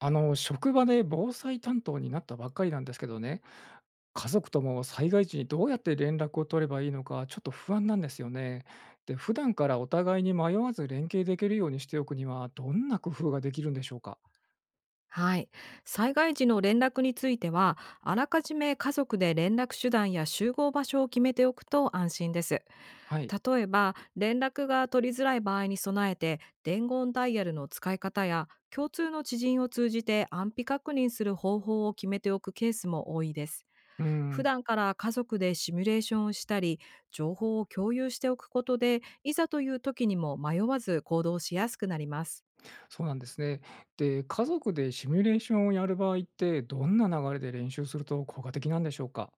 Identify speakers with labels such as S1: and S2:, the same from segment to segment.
S1: 職場で防災担当になったばっかりなんですけどね、家族とも災害時にどうやって連絡を取ればいいのか、ちょっと不安なんですよね。で、普段からお互いに迷わず連携できるようにしておくには、どんな工夫ができるんでしょうか。
S2: はい。災害時の連絡については、あらかじめ家族で連絡手段や集合場所を決めておくと安心です。
S1: はい。
S2: 例えば、連絡が取りづらい場合に備えて、伝言ダイヤルの使い方や、共通の知人を通じて安否確認する方法を決めておくケースも多いです。
S1: う
S2: 普
S1: ん。
S2: 段から家族でシミュレーションをしたり、情報を共有しておくことで、いざという時にも迷わず行動しやすくなります。
S1: そうなんですね。で、家族でシミュレーションをやる場合って、どんな流れで練習すると効果的なんでしょうか。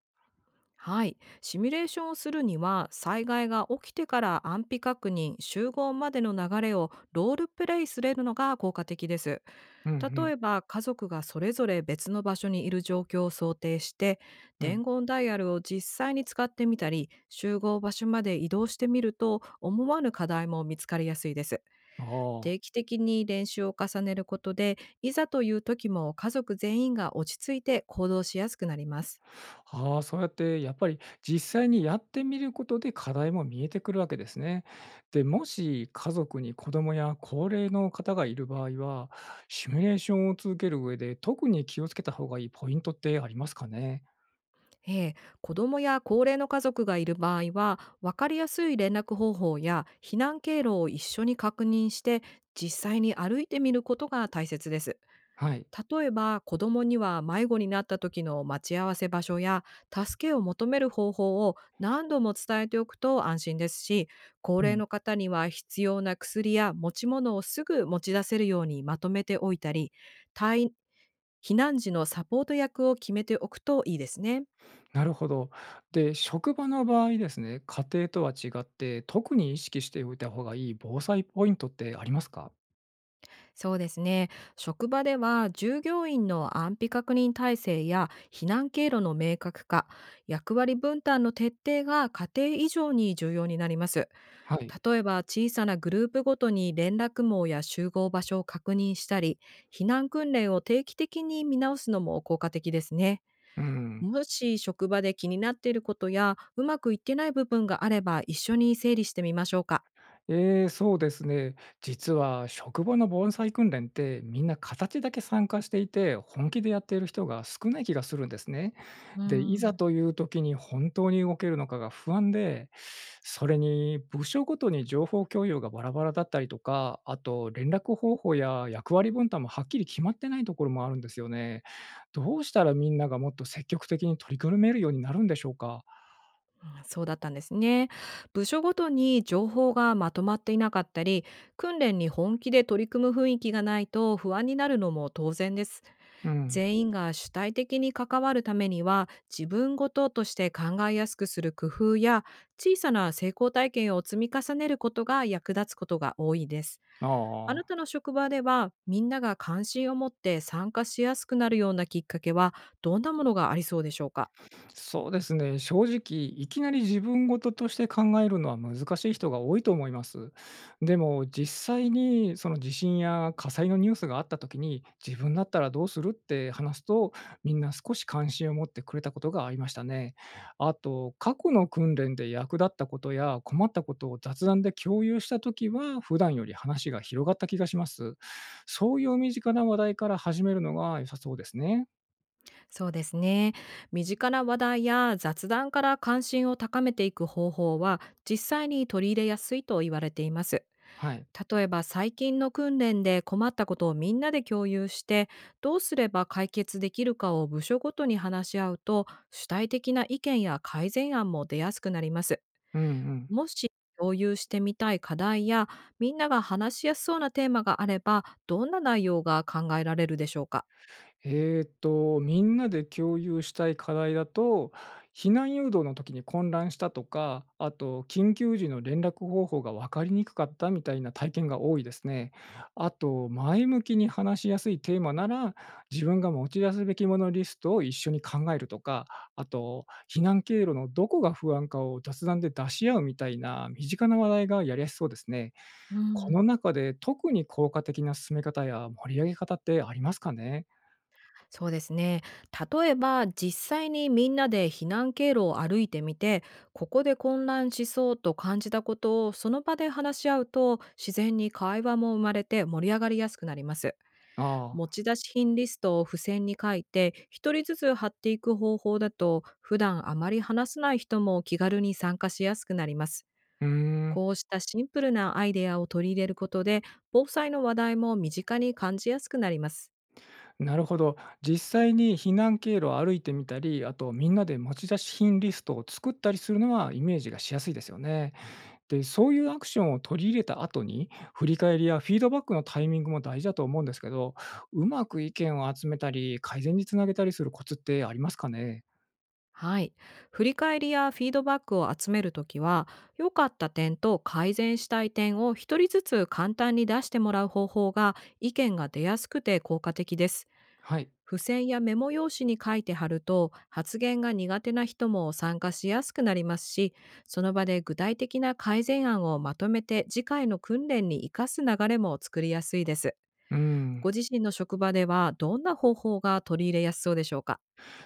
S2: はい。シミュレーションをするには、災害が起きてから安否確認、集合までの流れをロールプレイするのが効果的です。
S1: うんう
S2: 例
S1: ん
S2: えば、家族がそれぞれ別の場所にいる状況を想定して、
S1: う
S2: 伝
S1: ん。
S2: 言ダイヤルを実際に使ってみたり、集合場所まで移動してみると、思わぬ課題も見つかりやすいです。
S1: ああ。
S2: 定期的に練習を重ねることで、いざという時も家族全員が落ち着いて行動しやすくなります。
S1: ああ、そうやってやっぱり実際にやってみることで課題も見えてくるわけですね。で、もし家族に子供や高齢の方がいる場合は、シミュレーションを続ける上で特に気をつけた方がいいポイントってありますかね？
S2: ええ、子どもや高齢の家族がいる場合は分かりやすい連絡方法や避難経路を一緒に確認して、実際に歩いてみることが大切です。
S1: はい。
S2: 例えば子どもには迷子になった時の待ち合わせ場所や助けを求める方法を何度も伝えておくと安心ですし、高
S1: う
S2: 齢
S1: ん、
S2: の方には必要な薬や持ち物をすぐ持ち出せるようにまとめておいたり、退避難時のサポート役を決めておくといいですね。
S1: なるほど。で、職場の場合ですね、家庭とは違って、特に意識しておいた方がいい防災ポイントってありますか？
S2: そうですね。職場では従業員の安否確認体制や避難経路の明確化、役割分担の徹底が家庭以上に重要になります。
S1: はい。
S2: 例えば小さなグループごとに連絡網や集合場所を確認したり、避難訓練を定期的に見直すのも効果的ですね。
S1: うん。
S2: もし職場で気になっていることやうまくいってない部分があれば、一緒に整理してみましょうか。
S1: ええ、そうですね。実は職場の盆栽訓練ってみんな形だけ参加していて、本気でやっている人が少ない気がするんですね。
S2: うー
S1: で、いざ
S2: ん
S1: という時に本当に動けるのかが不安で、それに部署ごとに情報共有がバラバラだったりとか、あと連絡方法や役割分担もはっきり決まってないところもあるんですよね。どうしたらみんながもっと積極的に取り組めるようになるんでしょうか？
S2: あ、そうだったんですね。部署ごとに情報がまとまっていなかったり、訓練に本気で取り組む雰囲気がないと不安になるのも当然です。
S1: うん。
S2: 全員が主体的に関わるためには、自分ごととして考えやすくする工夫や、小さな成功体験を積み重ねることが役立つことが多いです。
S1: あ
S2: あな
S1: あ。
S2: たの職場では、みんなが関心を持って参加しやすくなるようなきっかけは、どんなものがありそうでしょうか。
S1: そうですね、正直、いきなり自分事として考えるのは難しい人が多いと思います。でも、実際にその地震や火災のニュースがあった時に、自分だったらどうするって話すと、みんな少し関心を持ってくれたことがありましたね。あと、過去の訓練で役立ったことや困ったことを雑談で共有した時は、普段より話が広がった気がします。そういう身近な話題から始めるのが良さそうですね。
S2: そうですね。身近な話題や雑談から関心を高めていく方法は、実際に取り入れやすいと言われています。
S1: はい。
S2: 例えば最近の訓練で困ったことをみんなで共有して、どうすれば解決できるかを部署ごとに話し合うと、主体的な意見や改善案も出やすくなります。
S1: うんうん。
S2: もし共有してみたい課題や、みんなが話しやすそうなテーマがあれば、どんな内容が考えられるでしょうか。
S1: みんなで共有したい課題だと、避難誘導の時に混乱したとか、あと緊急時の連絡方法が分かりにくかったみたいな体験が多いですね。あと、前向きに話しやすいテーマなら、自分が持ち出すべきものリストを一緒に考えるとか、あと、避難経路のどこが不安かを雑談で出し合うみたいな身近な話題がやりやすそうですね。
S2: う
S1: この
S2: ん。
S1: 中で特に効果的な進め方や盛り上げ方ってありますかね？
S2: そうですね。例えば実際にみんなで避難経路を歩いてみて、ここで混乱しそうと感じたことをその場で話し合うと、自然に会話も生まれて盛り上がりやすくなります。
S1: あ
S2: 持
S1: あ。
S2: ち出し品リストを付箋に書いて一人ずつ貼っていく方法だと、普段あまり話さない人も気軽に参加しやすくなります。
S1: うーん、
S2: こうしたシンプルなアイデアを取り入れることで、防災の話題も身近に感じやすくなります。
S1: なるほど。実際に避難経路を歩いてみたり、あとみんなで持ち出し品リストを作ったりするのはイメージがしやすいですよね。で、そういうアクションを取り入れた後に、振り返りやフィードバックのタイミングも大事だと思うんですけど、うまく意見を集めたり、改善につなげたりするコツってありますかね。
S2: はい。振り返りやフィードバックを集めるときは、良かった点と改善したい点を一人ずつ簡単に出してもらう方法が、意見が出やすくて効果的です。
S1: はい。
S2: 付箋やメモ用紙に書いて貼ると、発言が苦手な人も参加しやすくなりますし、その場で具体的な改善案をまとめて次回の訓練に生かす流れも作りやすいです。
S1: うん。
S2: ご自身の職場ではどんな方法が取り入れやすそうでしょうか。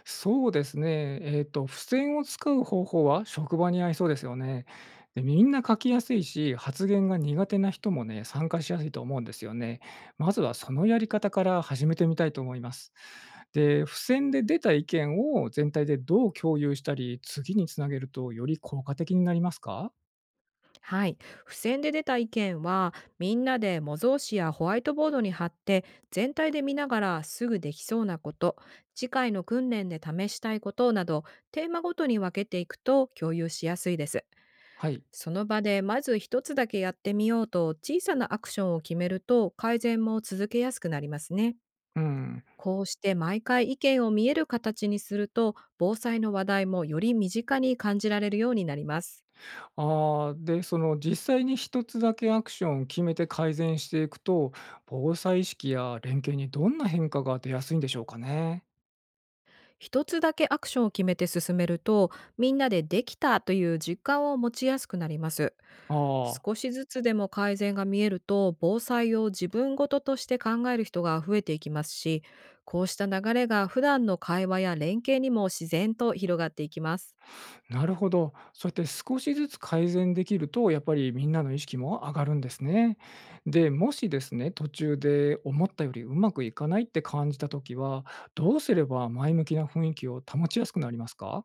S1: そうですね。付箋を使う方法は職場に合いそうですよね。で、みんな書きやすいし、発言が苦手な人もね、参加しやすいと思うんですよね。まずはそのやり方から始めてみたいと思います。で、付箋で出た意見を全体でどう共有したり、次につなげるとより効果的になりますか。
S2: はい。付箋で出た意見は、みんなで模造紙やホワイトボードに貼って、全体で見ながらすぐできそうなこと、次回の訓練で試したいことなど、テーマごとに分けていくと共有しやすいです。
S1: はい。
S2: その場でまず一つだけやってみようと小さなアクションを決めると、改善も続けやすくなりますね。
S1: うん。
S2: こうして毎回意見を見える形にすると、防災の話題もより身近に感じられるようになります。
S1: ああ、で、その実際に一つだけアクションを決めて改善していくと、防災意識や連携にどんな変化が出やすいんでしょうかね。
S2: 一つだけアクションを決めて進めると、みんなでできたという実感を持ちやすくなります。
S1: あ
S2: 少
S1: あ、
S2: しずつでも改善が見えると、防災を自分ごととして考える人が増えていきますし、こうした流れが普段の会話や連携にも自然と広がっていきます。
S1: なるほど。そうやって少しずつ改善できると、やっぱりみんなの意識も上がるんですね。で、もしですね、途中で思ったよりうまくいかないって感じた時は、どうすれば前向きな雰囲気を保ちやすくなりますか？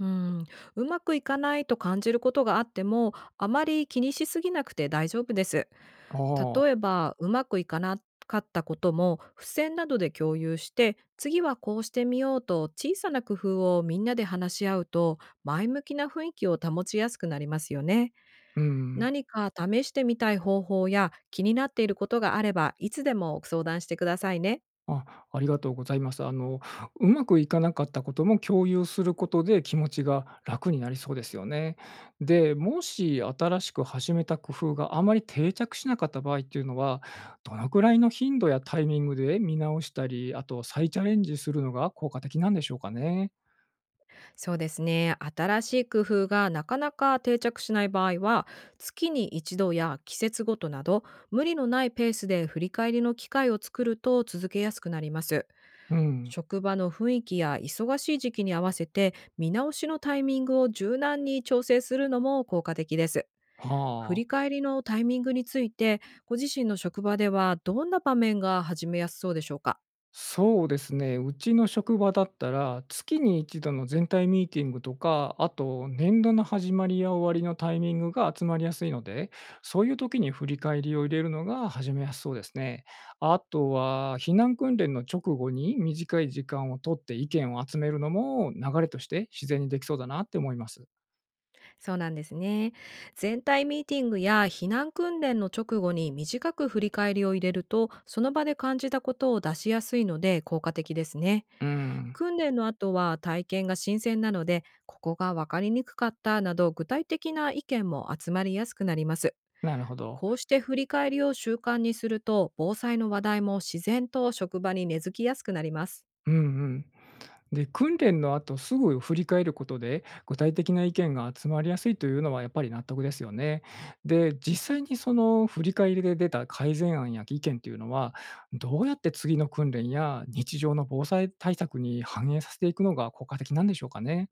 S2: うん、うまくいかないと感じることがあっても、あまり気にしすぎなくて大丈夫です。
S1: あ
S2: 例
S1: あ、
S2: えばうまくいかなかったことも付箋などで共有して、次はこうしてみようと小さな工夫をみんなで話し合うと、前向きな雰囲気を保ちやすくなりますよね。
S1: うん。
S2: 何か試してみたい方法や気になっていることがあれば、いつでも相談してくださいね。
S1: あ、ありがとうございます。うまくいかなかったことも共有することで気持ちが楽になりそうですよね。で、もし新しく始めた工夫があまり定着しなかった場合っていうのは、どのくらいの頻度やタイミングで見直したり、あと再チャレンジするのが効果的なんでしょうかね。
S2: そうですね。新しい工夫がなかなか定着しない場合は、月に一度や季節ごとなど、無理のないペースで振り返りの機会を作ると続けやすくなります。
S1: うん。
S2: 職場の雰囲気や忙しい時期に合わせて見直しのタイミングを柔軟に調整するのも効果的です。振り
S1: はあ。
S2: 返りのタイミングについて、ご自身の職場ではどんな場面が始めやすそうでしょうか。
S1: そうですね、うちの職場だったら、月に一度の全体ミーティングとか、あと年度の始まりや終わりのタイミングが集まりやすいので、そういう時に振り返りを入れるのが始めやすそうですね。あとは、避難訓練の直後に短い時間をとって意見を集めるのも流れとして自然にできそうだなって思います。
S2: そうなんですね。全体ミーティングや避難訓練の直後に短く振り返りを入れると、その場で感じたことを出しやすいので効果的ですね。
S1: うん、
S2: 訓練の後は体験が新鮮なので、ここが分かりにくかったなど、具体的な意見も集まりやすくなります。
S1: なるほど。
S2: こうして振り返りを習慣にすると、防災の話題も自然と職場に根付きやすくなります。
S1: うんうん。で、訓練の後すぐ振り返ることで、具体的な意見が集まりやすいというのはやっぱり納得ですよね。で、実際にその振り返りで出た改善案や意見というのは、どうやって次の訓練や日常の防災対策に反映させていくのが効果的なんでしょうかね。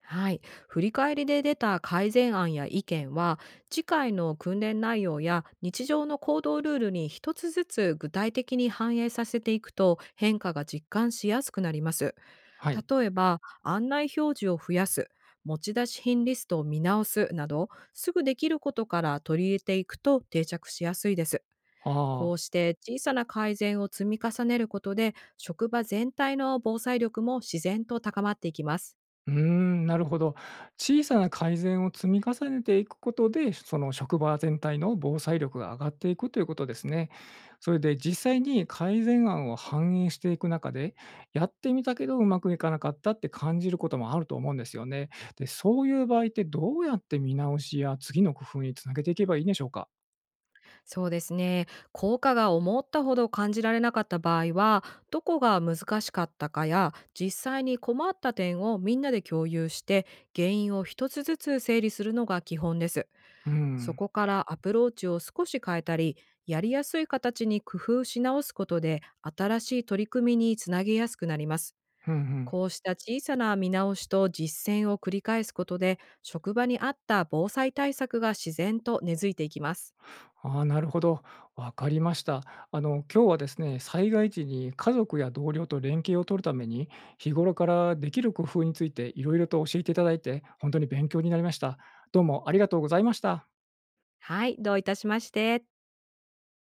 S2: はい。振り返りで出た改善案や意見は、次回の訓練内容や日常の行動ルールに一つずつ具体的に反映させていくと、変化が実感しやすくなります。
S1: はい。
S2: 例えば、案内表示を増やす、持ち出し品リストを見直すなど、すぐできることから取り入れていくと定着しやすいです。
S1: あ
S2: こ
S1: あ。
S2: うして小さな改善を積み重ねることで、職場全体の防災力も自然と高まっていきます。
S1: うーん、なるほど。小さな改善を積み重ねていくことで、その職場全体の防災力が上がっていくということですね。それで実際に改善案を反映していく中で、やってみたけどうまくいかなかったって感じることもあると思うんですよね。で、そういう場合ってどうやって見直しや次の工夫につなげていけばいいんでしょうか？
S2: そうですね。効果が思ったほど感じられなかった場合は、どこが難しかったかや、実際に困った点をみんなで共有して、原因を一つずつ整理するのが基本です。
S1: う
S2: そ
S1: ん、
S2: こからアプローチを少し変えたり、やりやすい形に工夫し直すことで、新しい取り組みにつなげやすくなります。
S1: うんうん。
S2: こうした小さな見直しと実践を繰り返すことで、職場に合った防災対策が自然と根付いていきます。
S1: ああ、なるほど。わかりました。今日はですね、災害時に家族や同僚と連携を取るために、日頃からできる工夫についていろいろと教えていただいて、本当に勉強になりました。どうもありがとうございました。
S2: はい、どういたしまして。